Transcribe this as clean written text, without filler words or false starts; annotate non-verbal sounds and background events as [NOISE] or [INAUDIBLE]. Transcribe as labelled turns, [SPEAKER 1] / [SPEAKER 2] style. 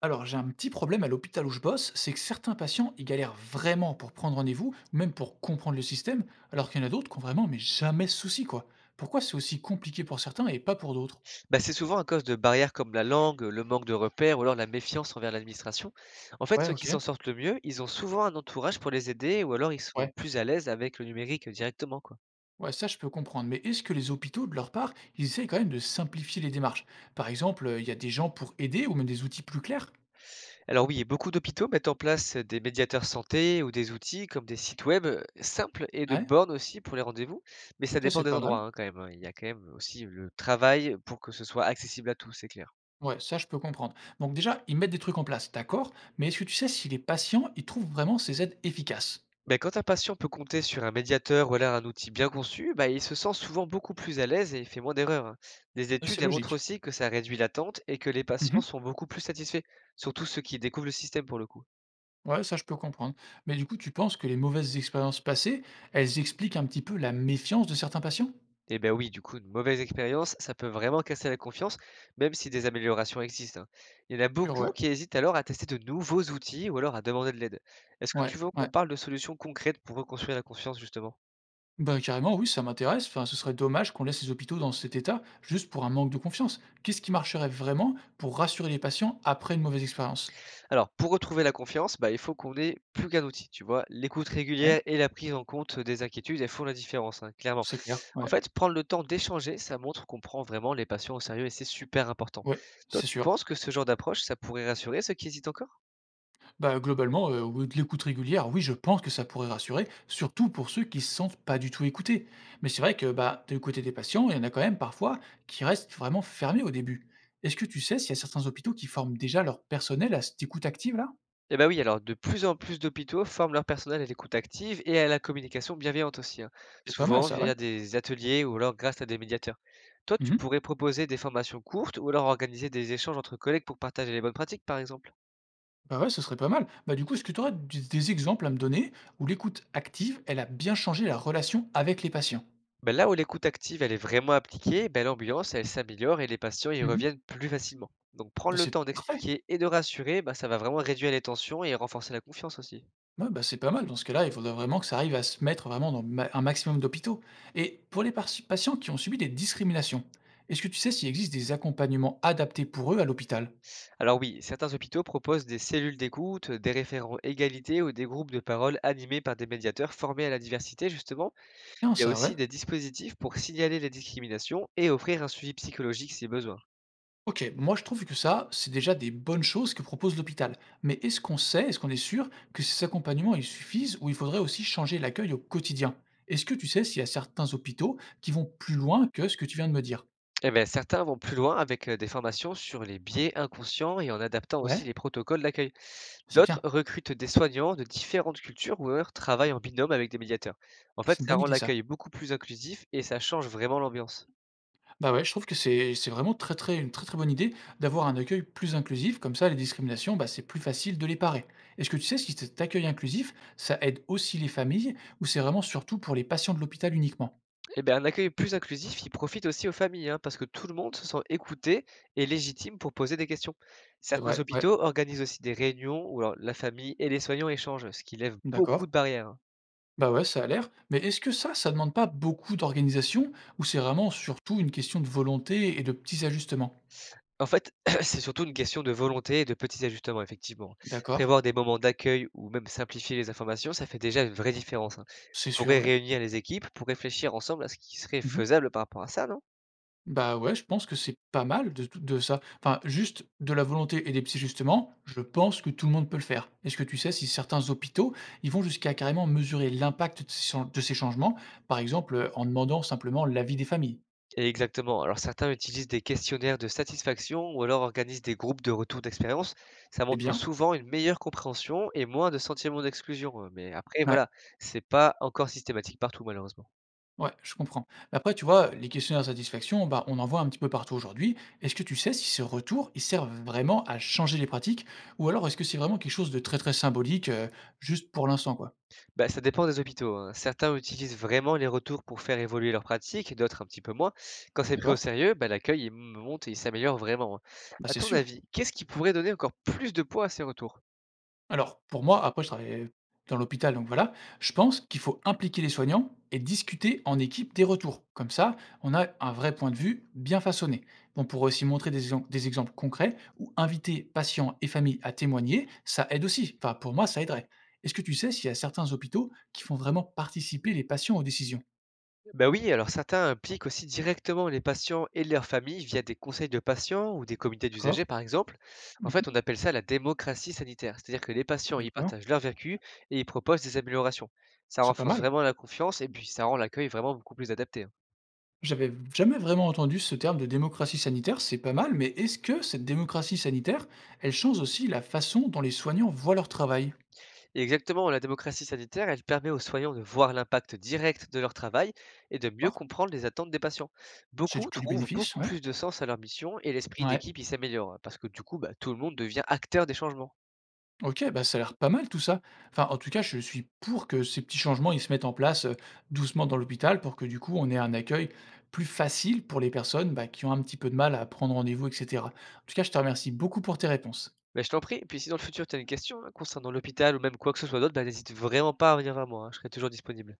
[SPEAKER 1] Alors, j'ai un petit problème à l'hôpital où je bosse, c'est que certains patients, ils galèrent vraiment pour prendre rendez-vous, ou même pour comprendre le système, alors qu'il y en a d'autres qui ont vraiment mais jamais ce souci, quoi. Pourquoi c'est aussi compliqué pour certains et pas pour d'autres?
[SPEAKER 2] Bah, c'est souvent à cause de barrières comme la langue, le manque de repères ou alors la méfiance envers l'administration. En fait,
[SPEAKER 1] Ouais,
[SPEAKER 2] ceux qui
[SPEAKER 1] ok,
[SPEAKER 2] s'en sortent le mieux, ils ont souvent un entourage pour les aider ou alors ils sont
[SPEAKER 1] ouais.
[SPEAKER 2] plus à l'aise avec le numérique directement, quoi.
[SPEAKER 1] Ouais, ça je peux comprendre. Mais est-ce que les hôpitaux, de leur part, ils essayent quand même de simplifier les démarches? Par exemple, il y a des gens pour aider ou même des outils plus clairs?
[SPEAKER 2] Alors oui, et beaucoup d'hôpitaux mettent en place des médiateurs santé ou des outils comme des sites web simples et de
[SPEAKER 1] Ouais,
[SPEAKER 2] bornes aussi pour les rendez-vous, mais ça
[SPEAKER 1] ça
[SPEAKER 2] dépend
[SPEAKER 1] c'est
[SPEAKER 2] des
[SPEAKER 1] pas
[SPEAKER 2] endroits
[SPEAKER 1] mal.
[SPEAKER 2] hein, quand même. Hein. Il y a quand même aussi le travail pour que ce soit accessible à tous, c'est clair.
[SPEAKER 1] Ouais, ça je peux comprendre. Donc déjà, ils mettent des trucs en place, d'accord, mais est-ce que tu sais si les patients, ils trouvent vraiment ces aides efficaces?
[SPEAKER 2] Beh, quand un patient peut compter sur un médiateur ou alors un outil bien conçu, bah, il se sent souvent beaucoup plus à l'aise et il fait moins d'erreurs. Hein. Des
[SPEAKER 1] Ça,
[SPEAKER 2] études
[SPEAKER 1] c'est
[SPEAKER 2] elles montrent
[SPEAKER 1] logique.
[SPEAKER 2] aussi que ça réduit l'attente et que les patients sont beaucoup plus satisfaits, surtout ceux qui découvrent le système pour le coup.
[SPEAKER 1] Ouais, ça je peux comprendre. Mais du coup, tu penses que les mauvaises expériences passées, elles expliquent un petit peu la méfiance de certains patients?
[SPEAKER 2] Et ben oui, du coup, une mauvaise expérience, ça peut vraiment casser la confiance, même si des améliorations existent. Hein. Il y en a
[SPEAKER 1] Sûr,
[SPEAKER 2] beaucoup
[SPEAKER 1] ouais.
[SPEAKER 2] qui hésitent alors à tester de nouveaux outils ou alors à demander de l'aide. Est-ce que tu
[SPEAKER 1] Ouais,
[SPEAKER 2] veux
[SPEAKER 1] ouais.
[SPEAKER 2] qu'on parle de solutions concrètes pour reconstruire la confiance justement?
[SPEAKER 1] Ben, carrément, oui, ça m'intéresse. Enfin, ce serait dommage qu'on laisse les hôpitaux dans cet état juste pour un manque de confiance. Qu'est-ce qui marcherait vraiment pour rassurer les patients après une mauvaise expérience?
[SPEAKER 2] Alors, pour retrouver la confiance, bah, il faut qu'on ait plus qu'un outil, tu vois. L'écoute
[SPEAKER 1] Ouais,
[SPEAKER 2] régulière et la prise en compte des inquiétudes, elles font la différence, hein, clairement.
[SPEAKER 1] c'est clair.
[SPEAKER 2] En
[SPEAKER 1] Ouais,
[SPEAKER 2] fait, prendre le temps d'échanger, ça montre qu'on prend vraiment les patients au sérieux et c'est super important.
[SPEAKER 1] ouais,
[SPEAKER 2] Toi,
[SPEAKER 1] c'est
[SPEAKER 2] tu
[SPEAKER 1] sûr.
[SPEAKER 2] penses que ce genre d'approche, ça pourrait rassurer ceux qui hésitent encore?
[SPEAKER 1] Bah, globalement, oui, de l'écoute régulière, oui, je pense que ça pourrait rassurer, surtout pour ceux qui se sentent pas du tout écoutés. Mais c'est vrai que, bah, du côté des patients, il y en a quand même parfois qui restent vraiment fermés au début. Est-ce que tu sais s'il y a certains hôpitaux qui forment déjà leur personnel à cette écoute active-là?
[SPEAKER 2] Et ben oui, alors de plus en plus d'hôpitaux forment leur personnel à l'écoute active et à la communication bienveillante aussi, hein,
[SPEAKER 1] C'est pas mal
[SPEAKER 2] souvent
[SPEAKER 1] ça, ouais.
[SPEAKER 2] via des ateliers ou alors grâce à des médiateurs. Toi, tu
[SPEAKER 1] Mmh.
[SPEAKER 2] pourrais proposer des formations courtes ou alors organiser des échanges entre collègues pour partager les bonnes pratiques, par exemple.
[SPEAKER 1] Bah, ouais, ce serait pas mal. Bah, du coup, est-ce que tu aurais des exemples à me donner où l'écoute active, elle a bien changé la relation avec les patients?
[SPEAKER 2] Ben là où l'écoute active, elle est vraiment appliquée, ben l'ambiance, elle s'améliore et les patients y
[SPEAKER 1] Mmh.
[SPEAKER 2] reviennent plus facilement. Donc prendre
[SPEAKER 1] Bah,
[SPEAKER 2] le
[SPEAKER 1] c'est
[SPEAKER 2] temps
[SPEAKER 1] parfait.
[SPEAKER 2] d'expliquer et de rassurer, ben, ça va vraiment réduire les tensions et renforcer la confiance aussi.
[SPEAKER 1] Ouais, bah, c'est pas mal. Dans ce cas-là, il faudrait vraiment que ça arrive à se mettre vraiment dans un maximum d'hôpitaux. Et pour les patients qui ont subi des discriminations, est-ce que tu sais s'il existe des accompagnements adaptés pour eux à l'hôpital?
[SPEAKER 2] Alors oui, certains hôpitaux proposent des cellules d'écoute, des référents égalité ou des groupes de parole animés par des médiateurs formés à la diversité, justement.
[SPEAKER 1] Bien
[SPEAKER 2] Il y a
[SPEAKER 1] ça,
[SPEAKER 2] aussi
[SPEAKER 1] ouais.
[SPEAKER 2] des dispositifs pour signaler les discriminations et offrir un suivi psychologique si besoin.
[SPEAKER 1] Ok, moi je trouve que ça, c'est déjà des bonnes choses que propose l'hôpital. Mais est-ce qu'on sait, est-ce qu'on est sûr que ces accompagnements, ils suffisent ou il faudrait aussi changer l'accueil au quotidien? Est-ce que tu sais s'il y a certains hôpitaux qui vont plus loin que ce que tu viens de me dire?
[SPEAKER 2] Eh bien, certains vont plus loin avec des formations sur les biais inconscients et en adaptant aussi
[SPEAKER 1] Ouais,
[SPEAKER 2] les protocoles d'accueil.
[SPEAKER 1] c'est
[SPEAKER 2] D'autres
[SPEAKER 1] bien.
[SPEAKER 2] recrutent des soignants de différentes cultures ou alors travaillent en binôme avec des médiateurs. En fait,
[SPEAKER 1] C'est une
[SPEAKER 2] ça
[SPEAKER 1] bonne
[SPEAKER 2] rend
[SPEAKER 1] idée ça.
[SPEAKER 2] l'accueil beaucoup plus inclusif et ça change vraiment l'ambiance.
[SPEAKER 1] Bah, ouais, je trouve que c'est vraiment très, très une très, très bonne idée d'avoir un accueil plus inclusif, comme ça les discriminations, bah, c'est plus facile de les parer. Est-ce que tu sais si cet accueil inclusif, ça aide aussi les familles ou c'est vraiment surtout pour les patients de l'hôpital uniquement?
[SPEAKER 2] Eh bien un accueil plus inclusif, il profite aussi aux familles, hein, parce que tout le monde se sent écouté et légitime pour poser des questions.
[SPEAKER 1] C'est
[SPEAKER 2] Certains
[SPEAKER 1] vrai, ouais,
[SPEAKER 2] hôpitaux organisent aussi des réunions où alors, la famille et les soignants échangent, ce qui lève beaucoup
[SPEAKER 1] d'accord.
[SPEAKER 2] de barrières. Hein.
[SPEAKER 1] Bah, ouais, ça a l'air. Mais est-ce que ça demande pas beaucoup d'organisation ou c'est vraiment surtout une question de volonté et de petits ajustements?
[SPEAKER 2] En fait, [CLEARS THROAT] c'est surtout une question de volonté et de petits ajustements, effectivement.
[SPEAKER 1] D'accord,
[SPEAKER 2] Prévoir des moments d'accueil ou même simplifier les informations, ça fait déjà une vraie différence. Hein. On
[SPEAKER 1] c'est
[SPEAKER 2] pourrait
[SPEAKER 1] sûr, ouais.
[SPEAKER 2] réunir les équipes pour réfléchir ensemble à ce qui serait
[SPEAKER 1] Mhm.
[SPEAKER 2] faisable par rapport à ça, non?
[SPEAKER 1] Bah, ouais, je pense que c'est pas mal de tout de ça. Enfin, juste de la volonté et des psys justement, je pense que tout le monde peut le faire. Est-ce que tu sais si certains hôpitaux, ils vont jusqu'à carrément mesurer l'impact de ces chan de ces changements, par exemple, en demandant simplement l'avis des familles?
[SPEAKER 2] Exactement. Alors certains utilisent des questionnaires de satisfaction ou alors organisent des groupes de retour d'expérience. Ça
[SPEAKER 1] C'est
[SPEAKER 2] montre
[SPEAKER 1] bien.
[SPEAKER 2] souvent une meilleure compréhension et moins de sentiments d'exclusion. Mais après,
[SPEAKER 1] Ouais,
[SPEAKER 2] voilà, c'est pas encore systématique partout malheureusement.
[SPEAKER 1] ouais, je comprends. Mais après, tu vois, les questionnaires de satisfaction, bah, on en voit un petit peu partout aujourd'hui. Est-ce que tu sais si ces retours, ils servent vraiment à changer les pratiques? Ou alors est-ce que c'est vraiment quelque chose de très, très symbolique, juste pour l'instant, quoi?
[SPEAKER 2] Bah, ça dépend des hôpitaux. Hein. Certains utilisent vraiment les retours pour faire évoluer leurs pratiques, d'autres un petit peu moins. Quand c'est pris au
[SPEAKER 1] D'accord.
[SPEAKER 2] sérieux, bah, l'accueil il monte et il s'améliore vraiment. Hein.
[SPEAKER 1] Bah,
[SPEAKER 2] À
[SPEAKER 1] c'est
[SPEAKER 2] ton
[SPEAKER 1] sûr.
[SPEAKER 2] avis, qu'est-ce qui pourrait donner encore plus de poids à ces retours?
[SPEAKER 1] Alors, pour moi, après je travaillais dans l'hôpital, donc voilà, je pense qu'il faut impliquer les soignants et discuter en équipe des retours. Comme ça, on a un vrai point de vue bien façonné. Bon, on pourrait aussi montrer des, des exemples concrets ou inviter patients et familles à témoigner, ça aide aussi. Enfin, pour moi, ça aiderait. Est-ce que tu sais s'il y a certains hôpitaux qui font vraiment participer les patients aux décisions?
[SPEAKER 2] Ben oui, alors certains impliquent aussi directement les patients et leurs familles via des conseils de patients ou des comités
[SPEAKER 1] D'accord.
[SPEAKER 2] d'usagers, par exemple. En
[SPEAKER 1] Mhm.
[SPEAKER 2] fait, on appelle ça la démocratie sanitaire, c'est-à-dire que les patients y
[SPEAKER 1] D'accord.
[SPEAKER 2] partagent leur vécu et ils proposent des améliorations. Ça
[SPEAKER 1] C'est pas
[SPEAKER 2] renforce
[SPEAKER 1] mal.
[SPEAKER 2] vraiment la confiance et puis ça rend l'accueil vraiment beaucoup plus adapté. Hein.
[SPEAKER 1] J'avais jamais vraiment entendu ce terme de démocratie sanitaire, c'est pas mal, mais est-ce que cette démocratie sanitaire, elle change aussi la façon dont les soignants voient leur travail?
[SPEAKER 2] Et exactement, la démocratie sanitaire, elle permet aux soignants de voir l'impact direct de leur travail et de mieux
[SPEAKER 1] D'accord.
[SPEAKER 2] comprendre les attentes des patients.
[SPEAKER 1] C'est
[SPEAKER 2] Beaucoup
[SPEAKER 1] que du
[SPEAKER 2] trouvent
[SPEAKER 1] bénéfice,
[SPEAKER 2] beaucoup
[SPEAKER 1] ouais.
[SPEAKER 2] plus de sens à leur mission et l'esprit
[SPEAKER 1] Ouais.
[SPEAKER 2] d'équipe il s'améliore hein, parce que du coup, bah, tout le monde devient acteur des changements.
[SPEAKER 1] OK, bah, ça a l'air pas mal tout ça. Enfin, en tout cas, je suis pour que ces petits changements, ils se mettent en place, doucement dans l'hôpital pour que du coup, on ait un accueil plus facile pour les personnes, bah, qui ont un petit peu de mal à prendre rendez-vous et cetera. En tout cas, je te remercie beaucoup pour tes réponses.
[SPEAKER 2] Mais je t'en prie, et puis si dans le futur tu as une question, hein, concernant l'hôpital ou même quoi que ce soit d'autre, bah, n'hésite vraiment pas à venir vers moi, hein, je serai toujours disponible.